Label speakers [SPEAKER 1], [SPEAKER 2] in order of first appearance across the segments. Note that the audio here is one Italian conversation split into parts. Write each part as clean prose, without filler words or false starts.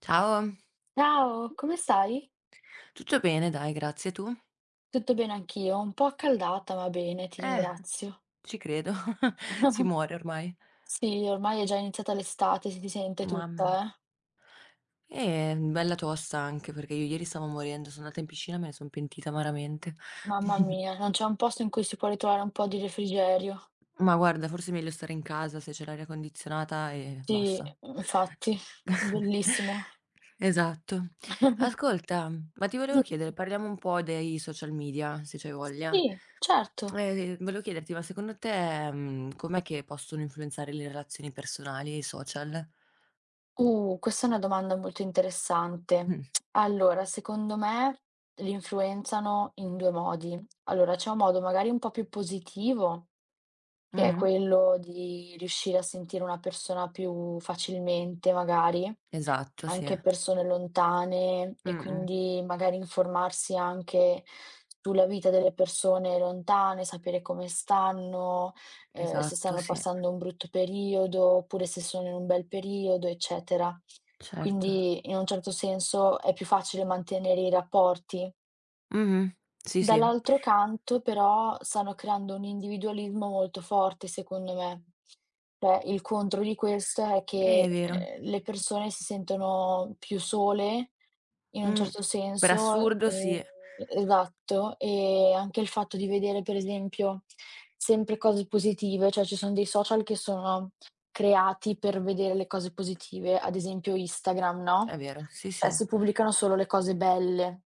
[SPEAKER 1] Ciao,
[SPEAKER 2] Ciao, come stai?
[SPEAKER 1] tutto bene dai, grazie. Tu?
[SPEAKER 2] Tutto bene anch'io, un po' accaldata, ma bene, ti
[SPEAKER 1] Eh,
[SPEAKER 2] ringrazio.
[SPEAKER 1] ci credo, si muore ormai.
[SPEAKER 2] Sì, ormai è già iniziata l'estate, si sente
[SPEAKER 1] Mamma mia.
[SPEAKER 2] tutta, eh.
[SPEAKER 1] Bella tosta anche perché io ieri stavo morendo, sono andata in piscina e me ne son pentita amaramente.
[SPEAKER 2] Mamma mia, non c'è un posto in cui si può ritrovare un po' di refrigerio.
[SPEAKER 1] Ma guarda, forse è meglio stare in casa se c'è l'aria condizionata e
[SPEAKER 2] Sì,
[SPEAKER 1] basta.
[SPEAKER 2] infatti, bellissimo.
[SPEAKER 1] Esatto. Ascolta, ma ti volevo chiedere,
[SPEAKER 2] Di-
[SPEAKER 1] parliamo un po' dei social media, se c'hai voglia.
[SPEAKER 2] Sì, certo.
[SPEAKER 1] Volevo chiederti, ma secondo te, com'è che possono influenzare le relazioni personali e i social?
[SPEAKER 2] Questa è una domanda molto interessante.
[SPEAKER 1] Mh.
[SPEAKER 2] Allora, secondo me li influenzano in due modi. Allora, c'è un modo magari un po' più positivo che è
[SPEAKER 1] Mh.
[SPEAKER 2] quello di riuscire a sentire una persona più facilmente magari,
[SPEAKER 1] Esatto, sì.
[SPEAKER 2] anche persone lontane e
[SPEAKER 1] Mh-mh.
[SPEAKER 2] quindi magari informarsi anche sulla vita delle persone lontane, sapere come stanno, se
[SPEAKER 1] Esatto,
[SPEAKER 2] stanno
[SPEAKER 1] sì.
[SPEAKER 2] passando un brutto periodo, oppure se sono in un bel periodo, eccetera.
[SPEAKER 1] Certo.
[SPEAKER 2] Quindi in un certo senso è più facile mantenere i rapporti.
[SPEAKER 1] Mh-mh. Sì, sì.
[SPEAKER 2] Dall'altro canto però stanno creando un individualismo molto forte secondo me. Cioè il contro di questo è
[SPEAKER 1] È
[SPEAKER 2] che,
[SPEAKER 1] vero.
[SPEAKER 2] le persone si sentono più sole in un
[SPEAKER 1] Mh.
[SPEAKER 2] certo
[SPEAKER 1] Per
[SPEAKER 2] senso,
[SPEAKER 1] assurdo sì.
[SPEAKER 2] esatto, e anche il fatto di vedere per esempio sempre cose positive, cioè ci sono dei social che sono creati per vedere le cose positive, ad esempio Instagram,
[SPEAKER 1] È
[SPEAKER 2] no,
[SPEAKER 1] vero, sì,
[SPEAKER 2] cioè
[SPEAKER 1] sì.
[SPEAKER 2] si pubblicano solo le cose belle.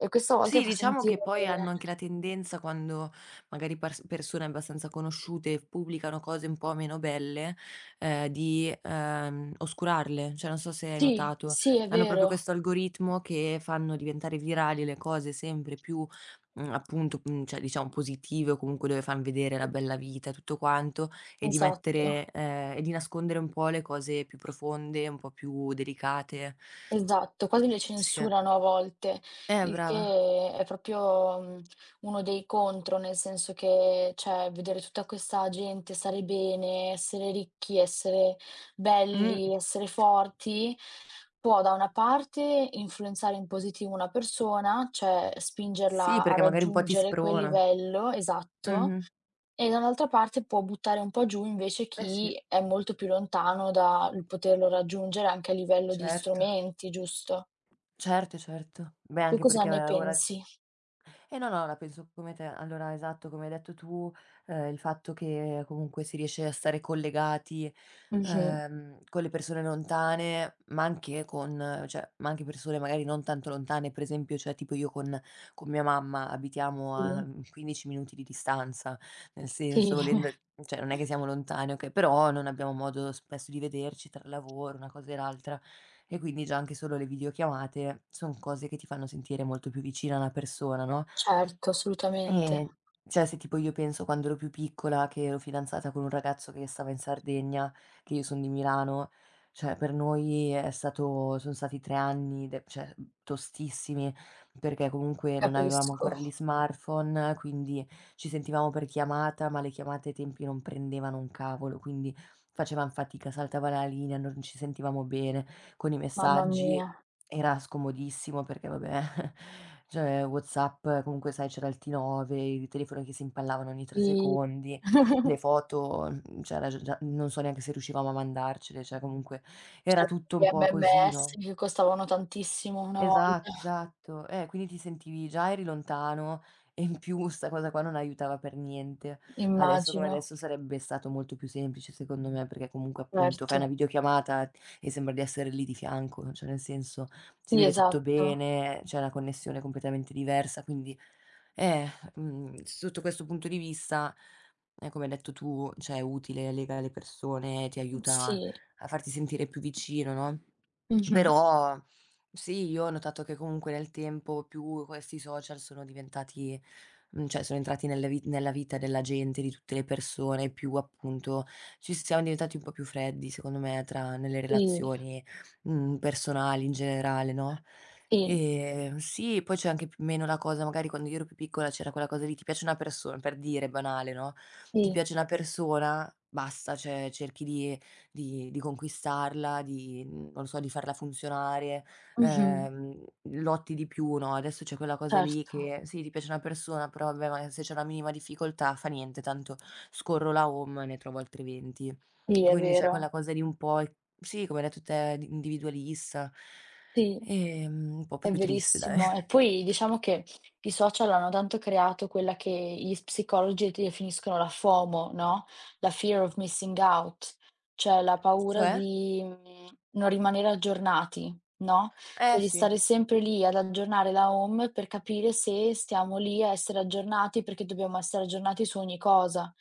[SPEAKER 2] E questa volta ti
[SPEAKER 1] Sì,
[SPEAKER 2] fa
[SPEAKER 1] diciamo
[SPEAKER 2] sentire
[SPEAKER 1] che poi hanno anche la tendenza quando magari persone abbastanza conosciute pubblicano cose un po' meno belle, di, oscurarle, cioè non so se hai
[SPEAKER 2] sì,
[SPEAKER 1] notato,
[SPEAKER 2] sì è
[SPEAKER 1] hanno proprio
[SPEAKER 2] vero.
[SPEAKER 1] questo algoritmo che fanno diventare virali le cose sempre più, appunto, cioè diciamo positive o comunque dove fan vedere la bella vita e tutto quanto
[SPEAKER 2] Esatto,
[SPEAKER 1] e di nascondere un po' le cose più profonde, un po' più delicate.
[SPEAKER 2] esatto, quasi le
[SPEAKER 1] Sì.
[SPEAKER 2] censurano a volte, il
[SPEAKER 1] Brava.
[SPEAKER 2] che è proprio, uno dei contro, nel senso che, cioè, vedere tutta questa gente stare bene, essere ricchi, essere
[SPEAKER 1] Mh.
[SPEAKER 2] belli, essere forti, può da una parte influenzare in positivo una persona, cioè
[SPEAKER 1] Sì,
[SPEAKER 2] spingerla a
[SPEAKER 1] perché magari un po' ti
[SPEAKER 2] raggiungere quel
[SPEAKER 1] sprona.
[SPEAKER 2] livello esatto,
[SPEAKER 1] Mh-mh.
[SPEAKER 2] e dall'altra parte può buttare un po' giù invece
[SPEAKER 1] Eh sì,
[SPEAKER 2] chi è molto più lontano dal poterlo raggiungere anche a livello di
[SPEAKER 1] certo.
[SPEAKER 2] strumenti, giusto?
[SPEAKER 1] Certo, certo. Beh,
[SPEAKER 2] Tu
[SPEAKER 1] anche
[SPEAKER 2] cosa
[SPEAKER 1] perché
[SPEAKER 2] ne
[SPEAKER 1] ora
[SPEAKER 2] pensi?
[SPEAKER 1] eh no, no, la penso come te. Allora, esatto, come hai detto tu, il fatto che comunque si riesce a stare collegati,
[SPEAKER 2] Mh-mh.
[SPEAKER 1] con le persone lontane, ma anche con cioè, ma anche persone magari non tanto lontane, per esempio, cioè tipo io con mia mamma abitiamo a,
[SPEAKER 2] Sì,
[SPEAKER 1] 15 minuti di distanza, nel
[SPEAKER 2] sì,
[SPEAKER 1] senso volendo cioè non è che siamo lontani, okay, però non abbiamo modo spesso di vederci tra lavoro, una cosa e l'altra. E quindi già anche solo le videochiamate son cose che ti fanno sentire molto più vicina a una persona, no?
[SPEAKER 2] certo, assolutamente.
[SPEAKER 1] Ehm, cioè se tipo io penso quando ero più piccola che ero fidanzata con un ragazzo che stava in Sardegna, che io son di Milano, cioè per noi è stato son stati 3 anni de cioè, tostissimi, perché comunque non avevamo
[SPEAKER 2] Capisco,
[SPEAKER 1] ancora gli smartphone, quindi ci sentivamo per chiamata, ma le chiamate ai tempi non prendevano un cavolo, quindi facevam fatica, saltava la linea, non ci sentivamo bene con i
[SPEAKER 2] mamma mia.
[SPEAKER 1] messaggi. Era scomodissimo perché vabbè, cioè WhatsApp comunque sai c'era il T9, i telefoni che si impallavano ogni 3
[SPEAKER 2] Sì.
[SPEAKER 1] secondi, le foto, c'era già non so neanche se riuscivamo a mandarcele, cioè comunque era
[SPEAKER 2] Certo,
[SPEAKER 1] tutto
[SPEAKER 2] gli
[SPEAKER 1] un po' così,
[SPEAKER 2] MMS
[SPEAKER 1] no?
[SPEAKER 2] che costavano tantissimo una volta,
[SPEAKER 1] Esatto, esatto. Quindi ti sentivi già eri lontano e in più 'sta cosa qua non aiutava per niente. Adesso come
[SPEAKER 2] immagino,
[SPEAKER 1] adesso sarebbe stato molto più semplice secondo me, perché comunque appunto fai una
[SPEAKER 2] certo.
[SPEAKER 1] videochiamata e sembra di essere lì di fianco, cioè nel senso si
[SPEAKER 2] Sì,
[SPEAKER 1] vede tutto
[SPEAKER 2] esatto.
[SPEAKER 1] bene, c'è una connessione completamente diversa, quindi eh, sotto questo punto di vista, come hai detto tu, cioè è utile, lega le persone, ti aiuta
[SPEAKER 2] Sì,
[SPEAKER 1] a farti sentire più vicino, no,
[SPEAKER 2] mh-mh,
[SPEAKER 1] però sì, io ho notato che comunque nel tempo più questi social sono diventati, cioè sono entrati nelle vi nella vita della gente, di tutte le persone, più appunto ci siamo diventati un po' più freddi secondo me tra nelle
[SPEAKER 2] sì,
[SPEAKER 1] relazioni, personali in generale, no,
[SPEAKER 2] sì,
[SPEAKER 1] sì, poi c'è anche più meno la cosa magari quando io ero più piccola c'era quella cosa lì, ti piace una persona per dire, banale, no, ti
[SPEAKER 2] sì,
[SPEAKER 1] piace una persona, basta, cioè cerchi di conquistarla, di non lo so, di farla funzionare,
[SPEAKER 2] mh-mh,
[SPEAKER 1] ehm, lotti di più, no, adesso c'è quella cosa lì
[SPEAKER 2] certo.
[SPEAKER 1] che sì, ti piace una persona, però vabbè, ma se c'è una minima difficoltà fa niente, tanto scorro la home e ne trovo altri 20.
[SPEAKER 2] Sì, è
[SPEAKER 1] Quindi c'è
[SPEAKER 2] vero.
[SPEAKER 1] quella cosa lì un po' e sì, come hai detto te, di individualista,
[SPEAKER 2] Sì,
[SPEAKER 1] un po' più
[SPEAKER 2] è
[SPEAKER 1] triste dai.
[SPEAKER 2] verissimo. E poi diciamo che i social hanno tanto creato quella che gli psicologi definiscono la FOMO, no, la fear of missing out, cioè la paura
[SPEAKER 1] Cioè?
[SPEAKER 2] di, non rimanere aggiornati, no, cioè
[SPEAKER 1] Eh
[SPEAKER 2] di
[SPEAKER 1] sì,
[SPEAKER 2] stare sempre lì ad aggiornare la home per capire se stiamo lì a essere aggiornati, perché dobbiamo essere aggiornati su ogni cosa.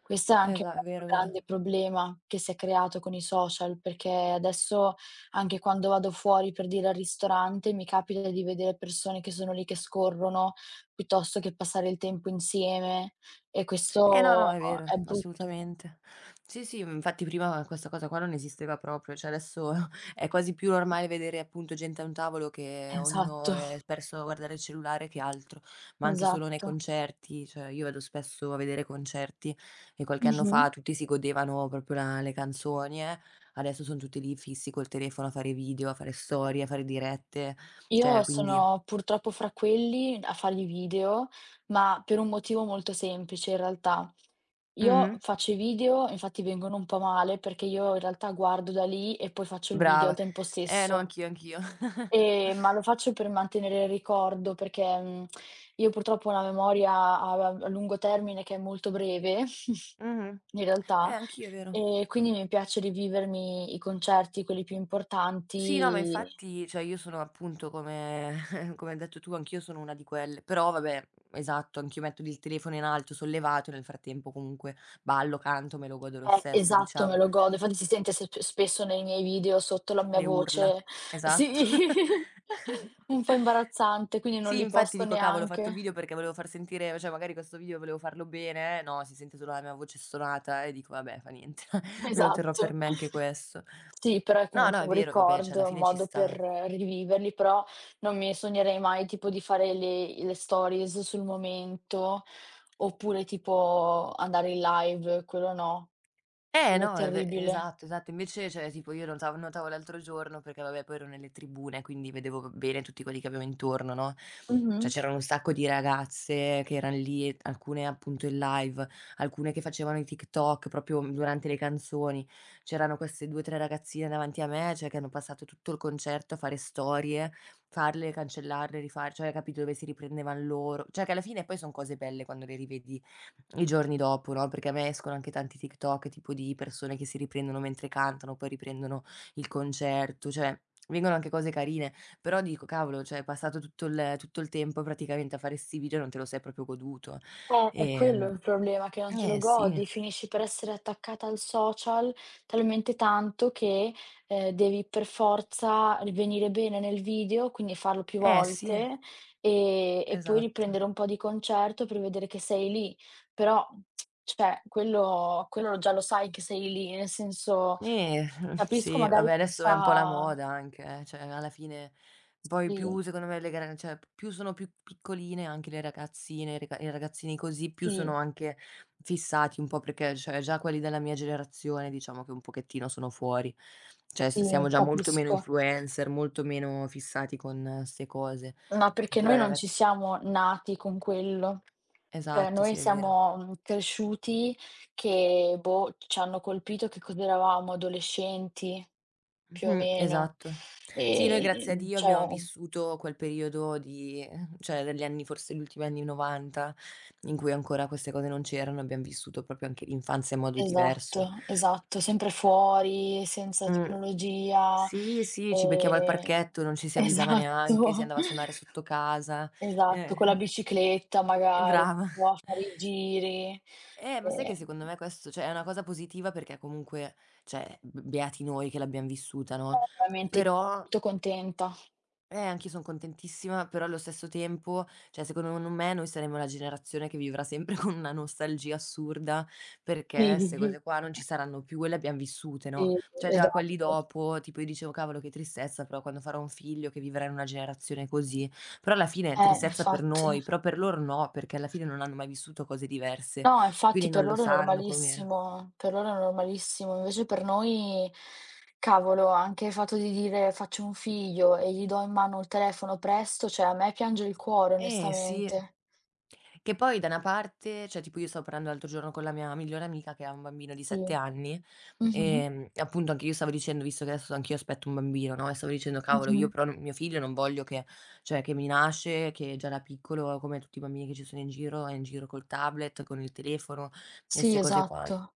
[SPEAKER 2] Questo è anche un
[SPEAKER 1] esa è
[SPEAKER 2] altro
[SPEAKER 1] vero, è vero.
[SPEAKER 2] grande problema che si è creato con i social, perché adesso anche quando vado fuori, per dire, al ristorante, mi capita di vedere persone che sono lì che scorrono, piuttosto che passare il tempo insieme e
[SPEAKER 1] Eh no,
[SPEAKER 2] questo
[SPEAKER 1] no, è vero,
[SPEAKER 2] è brutto.
[SPEAKER 1] assolutamente. Sì, sì, infatti prima questa cosa qua non esisteva proprio, cioè adesso è quasi più normale vedere appunto gente a un tavolo che ognuno
[SPEAKER 2] Esatto,
[SPEAKER 1] è perso a guardare il cellulare che altro, ma anche solo nei
[SPEAKER 2] esatto.
[SPEAKER 1] concerti, cioè io vado spesso a vedere concerti e qualche anno
[SPEAKER 2] Mh-mh.
[SPEAKER 1] fa tutti si godevano proprio la le canzoni, adesso son tutti lì fissi col telefono a fare video, a fare storie, a fare dirette,
[SPEAKER 2] Io
[SPEAKER 1] cioè quindi
[SPEAKER 2] sono purtroppo fra quelli a fare i video, ma per un motivo molto semplice in realtà. Io
[SPEAKER 1] mh-mh,
[SPEAKER 2] faccio i video, infatti vengono un po' male, perché io in realtà guardo da lì e poi faccio il video al
[SPEAKER 1] brava.
[SPEAKER 2] tempo
[SPEAKER 1] Eh no,
[SPEAKER 2] stesso.
[SPEAKER 1] anch'io, anch'io.
[SPEAKER 2] Ma lo faccio per mantenere il ricordo perché, io purtroppo ho una memoria a lungo termine che è molto breve,
[SPEAKER 1] Mh-mh.
[SPEAKER 2] in realtà,
[SPEAKER 1] Anch'io, è vero.
[SPEAKER 2] e quindi mi piace rivivermi i concerti, quelli più
[SPEAKER 1] Sì, no, ma
[SPEAKER 2] importanti
[SPEAKER 1] infatti, cioè io sono appunto come come hai detto tu, anch'io sono una di quelle. Però vabbè, esatto, anch'io metto il telefono in alto, sollevato, nel frattempo comunque ballo, canto, me lo godo lo stesso,
[SPEAKER 2] esatto, me
[SPEAKER 1] diciamo.
[SPEAKER 2] lo godo. Infatti si sente sep spesso nei miei video sotto la mia
[SPEAKER 1] Le urla,
[SPEAKER 2] voce sì,
[SPEAKER 1] esatto.
[SPEAKER 2] un po' imbarazzante, quindi non
[SPEAKER 1] Sì,
[SPEAKER 2] li
[SPEAKER 1] infatti
[SPEAKER 2] posto
[SPEAKER 1] dico: "Cavolo, ho fatto il
[SPEAKER 2] neanche.
[SPEAKER 1] video perché volevo far sentire cioè magari questo video volevo farlo bene, no, si sente solo la mia voce stonata", e dico: "Vabbè, fa niente, me lo terrò per
[SPEAKER 2] Esatto.
[SPEAKER 1] me anche questo".
[SPEAKER 2] Sì, però è
[SPEAKER 1] No, no,
[SPEAKER 2] comunque
[SPEAKER 1] è
[SPEAKER 2] un
[SPEAKER 1] vero, vabbè, cioè alla
[SPEAKER 2] ricordo, un
[SPEAKER 1] fine ci
[SPEAKER 2] modo per
[SPEAKER 1] sta.
[SPEAKER 2] riviverli, però non mi sognerei mai tipo di fare le stories sul momento, oppure tipo andare in live, quello no.
[SPEAKER 1] Eh
[SPEAKER 2] Quello
[SPEAKER 1] no, è ve
[SPEAKER 2] terribile.
[SPEAKER 1] esatto, esatto. Invece, cioè, tipo io notavo l'altro giorno perché vabbè poi ero nelle tribune, quindi vedevo b bene tutti quelli che avevo intorno, no,
[SPEAKER 2] Mh-mh.
[SPEAKER 1] cioè c'erano un sacco di ragazze che eran lì e alcune appunto in live, alcune che facevano i TikTok proprio durante le canzoni. C'erano queste 2, 3 ragazzine davanti a me, cioè che hanno passato tutto il concerto a fare storie, farle, cancellarle, rifar cioè capito, dove si riprendevan loro. Cioè che alla fine poi son cose belle quando le rivedi i giorni dopo, no, perché a me escono anche tanti TikTok tipo di persone che si riprendono mentre cantano, poi riprendono il concerto, cioè vengono anche cose carine, però dico: "Cavolo, cioè hai passato tutto il tempo praticamente a fare 'sti video e non te lo sei proprio goduto".
[SPEAKER 2] È quello
[SPEAKER 1] Ehm,
[SPEAKER 2] il problema, che non te lo
[SPEAKER 1] eh sì,
[SPEAKER 2] godi, finisci per essere attaccata al social talmente tanto che, devi per forza venire bene nel video, quindi farlo più
[SPEAKER 1] eh sì,
[SPEAKER 2] volte, e poi
[SPEAKER 1] esatto.
[SPEAKER 2] riprendere un po' di concerto per vedere che sei lì. Però, cioè, quello già lo sai che sei lì, nel senso
[SPEAKER 1] Eh,
[SPEAKER 2] capisco
[SPEAKER 1] sì,
[SPEAKER 2] magari
[SPEAKER 1] vabbè
[SPEAKER 2] chi
[SPEAKER 1] adesso è un po' la
[SPEAKER 2] fa
[SPEAKER 1] moda anche cioè alla fine poi più
[SPEAKER 2] sì,
[SPEAKER 1] secondo me le gara cioè più sono più piccoline anche le ragazzine, i ragazzini così, più sono
[SPEAKER 2] sì,
[SPEAKER 1] anche fissati un po' perché cioè già quelli della mia generazione diciamo che un pochettino sono fuori. Cioè s
[SPEAKER 2] sì,
[SPEAKER 1] siamo già molto meno
[SPEAKER 2] capisco.
[SPEAKER 1] influencer, molto meno fissati con 'ste cose.
[SPEAKER 2] Ma perché
[SPEAKER 1] Però
[SPEAKER 2] noi
[SPEAKER 1] i
[SPEAKER 2] non ci
[SPEAKER 1] ragazz
[SPEAKER 2] siamo nati con quello. Cioè
[SPEAKER 1] Esatto,
[SPEAKER 2] noi
[SPEAKER 1] sì è vero.
[SPEAKER 2] siamo, cresciuti che, boh, c'hanno colpito che cos'eravamo, adolescenti, più o
[SPEAKER 1] Mh-mh,
[SPEAKER 2] meno.
[SPEAKER 1] esatto. Sì, noi grazie a Dio
[SPEAKER 2] Cioè
[SPEAKER 1] abbiamo vissuto quel periodo di cioè degli anni forse gli ultimi anni '90 in cui ancora queste cose non c'erano, abbiam vissuto proprio anche l'infanzia in modo diverso.
[SPEAKER 2] esatto, esatto, sempre fuori, senza
[SPEAKER 1] Mh,
[SPEAKER 2] tecnologia,
[SPEAKER 1] sì, sì, ci becchiamo al
[SPEAKER 2] ehm
[SPEAKER 1] parchetto, non ci si avvisava neanche, si
[SPEAKER 2] esatto,
[SPEAKER 1] andava a suonare sotto casa.
[SPEAKER 2] esatto, con la
[SPEAKER 1] Eh,
[SPEAKER 2] bicicletta
[SPEAKER 1] e
[SPEAKER 2] magari,
[SPEAKER 1] brava.
[SPEAKER 2] andavamo a fare i giri,
[SPEAKER 1] Ma sai che
[SPEAKER 2] ehm
[SPEAKER 1] secondo me questo cioè è una cosa positiva perché comunque, cioè b beati noi che l'abbiam vissuta, no,
[SPEAKER 2] No, veramente
[SPEAKER 1] però
[SPEAKER 2] molto contenta.
[SPEAKER 1] eh, anch'io son contentissima, però allo stesso tempo, cioè secondo n me noi saremo la generazione che vivrà sempre con una nostalgia assurda, perché 'ste
[SPEAKER 2] Mh-mh-mh.
[SPEAKER 1] cose qua non ci saranno più e le abbiam vissute, no,
[SPEAKER 2] Sì,
[SPEAKER 1] cioè già quelli
[SPEAKER 2] esatto.
[SPEAKER 1] dopo, tipo io dicevo: "Cavolo che tristezza però quando farò un figlio che vivrà in una generazione così". Però alla fine è tristezza per
[SPEAKER 2] Infatti.
[SPEAKER 1] noi, però per loro no, perché alla fine non hanno mai vissuto cose diverse,
[SPEAKER 2] No, infatti
[SPEAKER 1] quindi
[SPEAKER 2] per
[SPEAKER 1] non lo
[SPEAKER 2] loro è
[SPEAKER 1] sanno com'era.
[SPEAKER 2] normalissimo, per loro è normalissimo. Invece per noi, cavolo, anche il fatto di dire: "Faccio un figlio e gli do in mano il telefono presto", cioè a me piange il cuore
[SPEAKER 1] Eh sì.
[SPEAKER 2] onestamente.
[SPEAKER 1] Che poi da una parte cioè tipo io stavo parlando l'altro giorno con la mia migliore amica che ha un bambino di
[SPEAKER 2] Sì.
[SPEAKER 1] 7 anni,
[SPEAKER 2] Mh-mh,
[SPEAKER 1] e appunto anche io stavo dicendo, visto che adesso anch'io aspetto un bambino, no, e stavo dicendo: "Cavolo,
[SPEAKER 2] mh-mh.
[SPEAKER 1] io però n mio figlio non voglio che cioè che mi nasce, che già da piccolo come tutti i bambini che ci sono in giro, è in giro col tablet, con il telefono e
[SPEAKER 2] Sì,
[SPEAKER 1] 'ste cose qua".
[SPEAKER 2] esatto.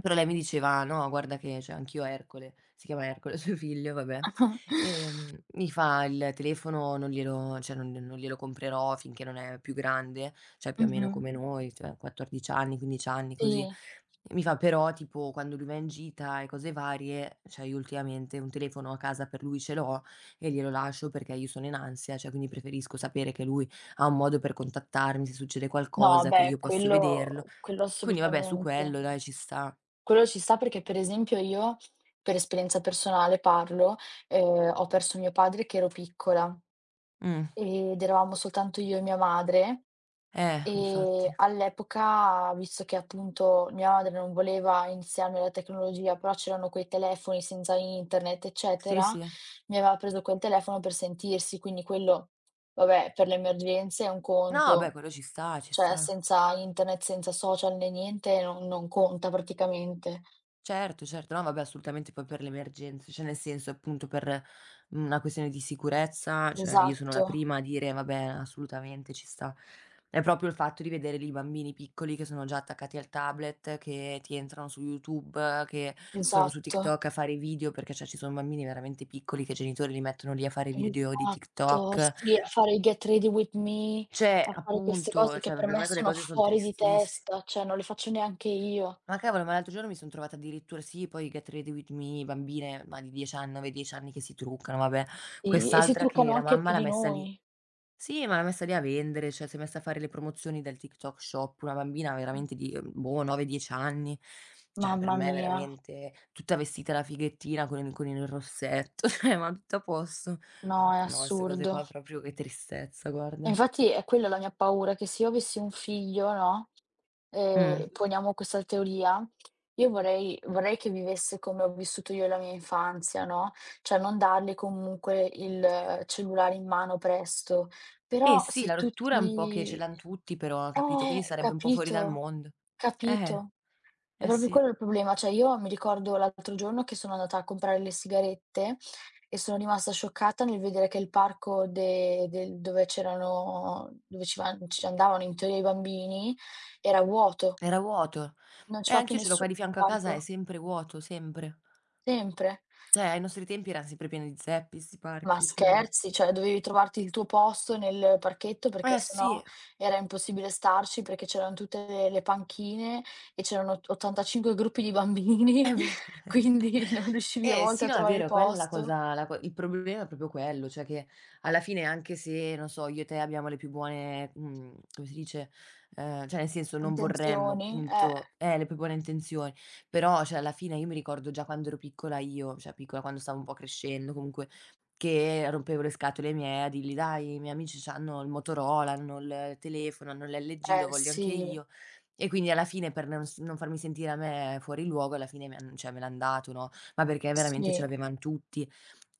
[SPEAKER 1] Però lei mi diceva: "No, guarda che cioè anch'io ho Ercole" si chiama Ercole suo figlio, vabbè, mi fa: "Il telefono non glielo cioè non glielo comprerò finché non è più grande". Cioè più o meno
[SPEAKER 2] Mh-mh.
[SPEAKER 1] come noi, cioè 14 anni, 15 anni, così.
[SPEAKER 2] Sì.
[SPEAKER 1] Mi fa: "Però tipo quando lui va in gita e cose varie, cioè io ultimamente un telefono a casa per lui ce l'ho e glielo lascio perché io sono in ansia, cioè quindi preferisco sapere che lui ha un modo per contattarmi se succede
[SPEAKER 2] No,
[SPEAKER 1] qualcosa, che
[SPEAKER 2] beh,
[SPEAKER 1] io posso vederlo".
[SPEAKER 2] quello
[SPEAKER 1] Quindi vabbè su
[SPEAKER 2] assolutamente.
[SPEAKER 1] quello dai ci sta.
[SPEAKER 2] Quello ci sta perché, per esempio, io per esperienza personale parlo, ho perso mio padre che ero piccola
[SPEAKER 1] Mh.
[SPEAKER 2] ed eravamo soltanto io e mia madre
[SPEAKER 1] Infatti.
[SPEAKER 2] e all'epoca, visto che appunto mia madre non voleva iniziarmi la tecnologia, però c'erano quei telefoni senza internet,
[SPEAKER 1] Sì,
[SPEAKER 2] eccetera,
[SPEAKER 1] sì.
[SPEAKER 2] mi aveva preso quel telefono per sentirsi, quindi quello, vabbè, per le emergenze è un
[SPEAKER 1] No, beh
[SPEAKER 2] conto,
[SPEAKER 1] quello ci sta, ci
[SPEAKER 2] cioè
[SPEAKER 1] sta.
[SPEAKER 2] senza internet, senza social né niente non conta praticamente.
[SPEAKER 1] Certo, certo. No, vabbè assolutamente poi per le emergenze, cioè nel senso appunto per una questione di sicurezza, cioè io sono la
[SPEAKER 2] Esatto.
[SPEAKER 1] prima a dire: "Vabbè, assolutamente ci sta". È proprio il fatto di vedere lì i bambini piccoli che sono già attaccati al tablet, che ti entrano su YouTube, che sono su
[SPEAKER 2] Esatto,
[SPEAKER 1] TikTok a fare i video, perché cioè ci sono bambini veramente piccoli che i genitori li mettono lì a fare video di
[SPEAKER 2] esatto,
[SPEAKER 1] TikTok.
[SPEAKER 2] sì, a fare i Get Ready With Me,
[SPEAKER 1] Cioè
[SPEAKER 2] a fare queste
[SPEAKER 1] appunto,
[SPEAKER 2] cose che
[SPEAKER 1] cioè
[SPEAKER 2] per
[SPEAKER 1] per
[SPEAKER 2] me
[SPEAKER 1] me quelle
[SPEAKER 2] sono
[SPEAKER 1] cose son
[SPEAKER 2] fuori di
[SPEAKER 1] tristissi
[SPEAKER 2] testa, cioè non le faccio neanche io.
[SPEAKER 1] Ma cavolo, ma l'altro giorno mi son trovata addirittura sì, poi Get Ready With Me, bambine, ma di 10 anni, 9, 10 anni che si truccano, vabbè.
[SPEAKER 2] Sì, e si
[SPEAKER 1] Quest'altra che
[SPEAKER 2] truccano
[SPEAKER 1] la
[SPEAKER 2] anche più
[SPEAKER 1] mamma l'ha
[SPEAKER 2] di
[SPEAKER 1] messa lì
[SPEAKER 2] noi.
[SPEAKER 1] sì, ma l'ha messa lì a vendere, cioè si è messa a fare le promozioni del TikTok Shop, una bambina veramente di, boh, 9, 10 anni. Cioè per
[SPEAKER 2] Mamma
[SPEAKER 1] me
[SPEAKER 2] mia,
[SPEAKER 1] veramente tutta vestita da fighettina con il rossetto, cioè ma tutto a posto.
[SPEAKER 2] no, è
[SPEAKER 1] No, 'ste cose
[SPEAKER 2] assurdo.
[SPEAKER 1] qua proprio che tristezza,
[SPEAKER 2] E
[SPEAKER 1] guarda.
[SPEAKER 2] infatti è quella la mia paura, che se io avessi un figlio, no,
[SPEAKER 1] Mh.
[SPEAKER 2] poniamo questa teoria, io vorrei che vivesse come ho vissuto io la mia infanzia, no, cioè non dargli comunque il cellulare in mano presto.
[SPEAKER 1] Eh
[SPEAKER 2] Però
[SPEAKER 1] sì,
[SPEAKER 2] se
[SPEAKER 1] la rottura è un po' che ce
[SPEAKER 2] tutti
[SPEAKER 1] l'han tutti però, capito, quindi sarebbe un po' fuori dal
[SPEAKER 2] capito,
[SPEAKER 1] mondo. Eh,
[SPEAKER 2] capito. È
[SPEAKER 1] eh
[SPEAKER 2] proprio
[SPEAKER 1] sì,
[SPEAKER 2] quello il problema, cioè io mi ricordo l'altro giorno che sono andata a comprare le sigarette e sono rimasta scioccata nel vedere che il parco de del dove c'erano dove ci va ci andavano in teoria i bambini era vuoto,
[SPEAKER 1] era vuoto.
[SPEAKER 2] non ci va più
[SPEAKER 1] Anch'io ce l'ho qua
[SPEAKER 2] nessuno
[SPEAKER 1] di fianco a
[SPEAKER 2] al
[SPEAKER 1] casa, è
[SPEAKER 2] parco,
[SPEAKER 1] sempre vuoto, sempre.
[SPEAKER 2] sempre.
[SPEAKER 1] Cioè, ai nostri tempi eran sempre pieni di zeppi 'sti
[SPEAKER 2] Ma
[SPEAKER 1] parchi, cioè
[SPEAKER 2] scherzi? Cioè dovevi trovarti il tuo posto nel parchetto perché
[SPEAKER 1] eh
[SPEAKER 2] sennò
[SPEAKER 1] sì.
[SPEAKER 2] era impossibile starci, perché c'eran tutte le panchine e c'erano ott 85 gruppi di bambini,
[SPEAKER 1] È ve
[SPEAKER 2] quindi non riuscivi a
[SPEAKER 1] Eh
[SPEAKER 2] volte
[SPEAKER 1] sì,
[SPEAKER 2] a
[SPEAKER 1] no, è
[SPEAKER 2] trovare il
[SPEAKER 1] vero, quella è la
[SPEAKER 2] posto,
[SPEAKER 1] cosa la co il problema è proprio quello, cioè che alla fine anche se, non so, io e te abbiamo le più buone come si dice, cioè nel senso non vorremmo
[SPEAKER 2] intenzioni. Eh,
[SPEAKER 1] appunto le più buone intenzioni, però cioè alla fine io mi ricordo già quando ero piccola io, cioè piccola, quando stavo un po' crescendo comunque, che rompevo le scatole ai miei a dirgli: "Dai, i miei amici c'hanno il Motorola, hanno il telefono, hanno l'LG, lo
[SPEAKER 2] eh
[SPEAKER 1] voglio anche
[SPEAKER 2] sì,
[SPEAKER 1] io". E quindi alla fine per non s non farmi sentire a me fuori luogo, alla fine me han cioè me l'han dato, no, ma perché veramente ce
[SPEAKER 2] sì,
[SPEAKER 1] l'avevan tutti.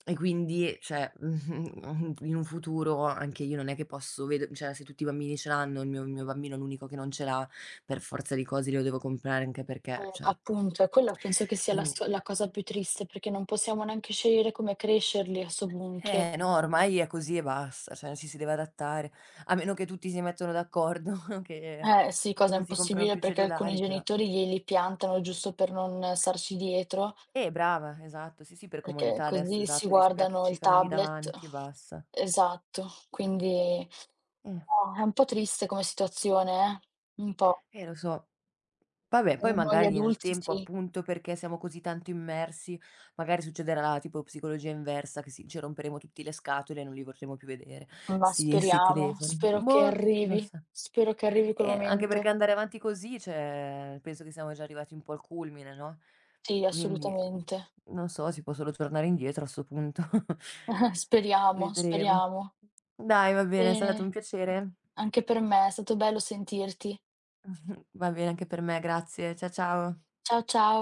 [SPEAKER 1] E quindi, cioè, in un futuro anche io non è che posso ved cioè se tutti i bambini ce l'hanno, il mio bambino è l'unico che non ce l'ha, per forza di cose glielo devo comprare anche perché, cioè
[SPEAKER 2] appunto. E quella penso che sia
[SPEAKER 1] quindi
[SPEAKER 2] la cosa più triste, perché non possiamo neanche scegliere come crescerli a 'sto punto.
[SPEAKER 1] eh no, ormai è così e basta, cioè ci si deve adattare. A meno che tutti si mettano d'accordo
[SPEAKER 2] Eh sì,
[SPEAKER 1] che
[SPEAKER 2] cosa
[SPEAKER 1] non si comprano
[SPEAKER 2] impossibile
[SPEAKER 1] più
[SPEAKER 2] perché alcuni
[SPEAKER 1] cellulari, però
[SPEAKER 2] genitori glieli piantano giusto per non starci dietro.
[SPEAKER 1] eh, brava, esatto. Sì, sì, per
[SPEAKER 2] Perché
[SPEAKER 1] comodità adesso,
[SPEAKER 2] così si
[SPEAKER 1] esatto, li
[SPEAKER 2] guardano il
[SPEAKER 1] spiaccicano lì
[SPEAKER 2] tablet.
[SPEAKER 1] davanti e basta.
[SPEAKER 2] Esatto, quindi
[SPEAKER 1] Eh,
[SPEAKER 2] no, è un po' triste come situazione, un po'.
[SPEAKER 1] lo so. Vabbè,
[SPEAKER 2] Per
[SPEAKER 1] poi
[SPEAKER 2] noi
[SPEAKER 1] magari nel
[SPEAKER 2] adulti
[SPEAKER 1] tempo,
[SPEAKER 2] sì,
[SPEAKER 1] appunto, perché siamo così tanto immersi, magari succederà la tipo psicologia inversa, che si ci romperemo tutti le scatole e non li vorremo più vedere,
[SPEAKER 2] ma
[SPEAKER 1] sti
[SPEAKER 2] speriamo,
[SPEAKER 1] telefoni. Boh, chi lo sa.
[SPEAKER 2] spero che arrivi quel
[SPEAKER 1] Anche perché
[SPEAKER 2] momento.
[SPEAKER 1] andare avanti così, cioè, penso che siamo già arrivati un po' al culmine, no,
[SPEAKER 2] Sì,
[SPEAKER 1] quindi, mhmm,
[SPEAKER 2] assolutamente.
[SPEAKER 1] non so, si può solo tornare indietro a 'sto punto.
[SPEAKER 2] Speriamo,
[SPEAKER 1] Vedremo.
[SPEAKER 2] speriamo.
[SPEAKER 1] Dai, va bene, è stato un
[SPEAKER 2] Bene,
[SPEAKER 1] piacere.
[SPEAKER 2] anche per me, è stato bello sentirti.
[SPEAKER 1] Va bene anche per me, grazie. Ciao.
[SPEAKER 2] Ciao, ciao.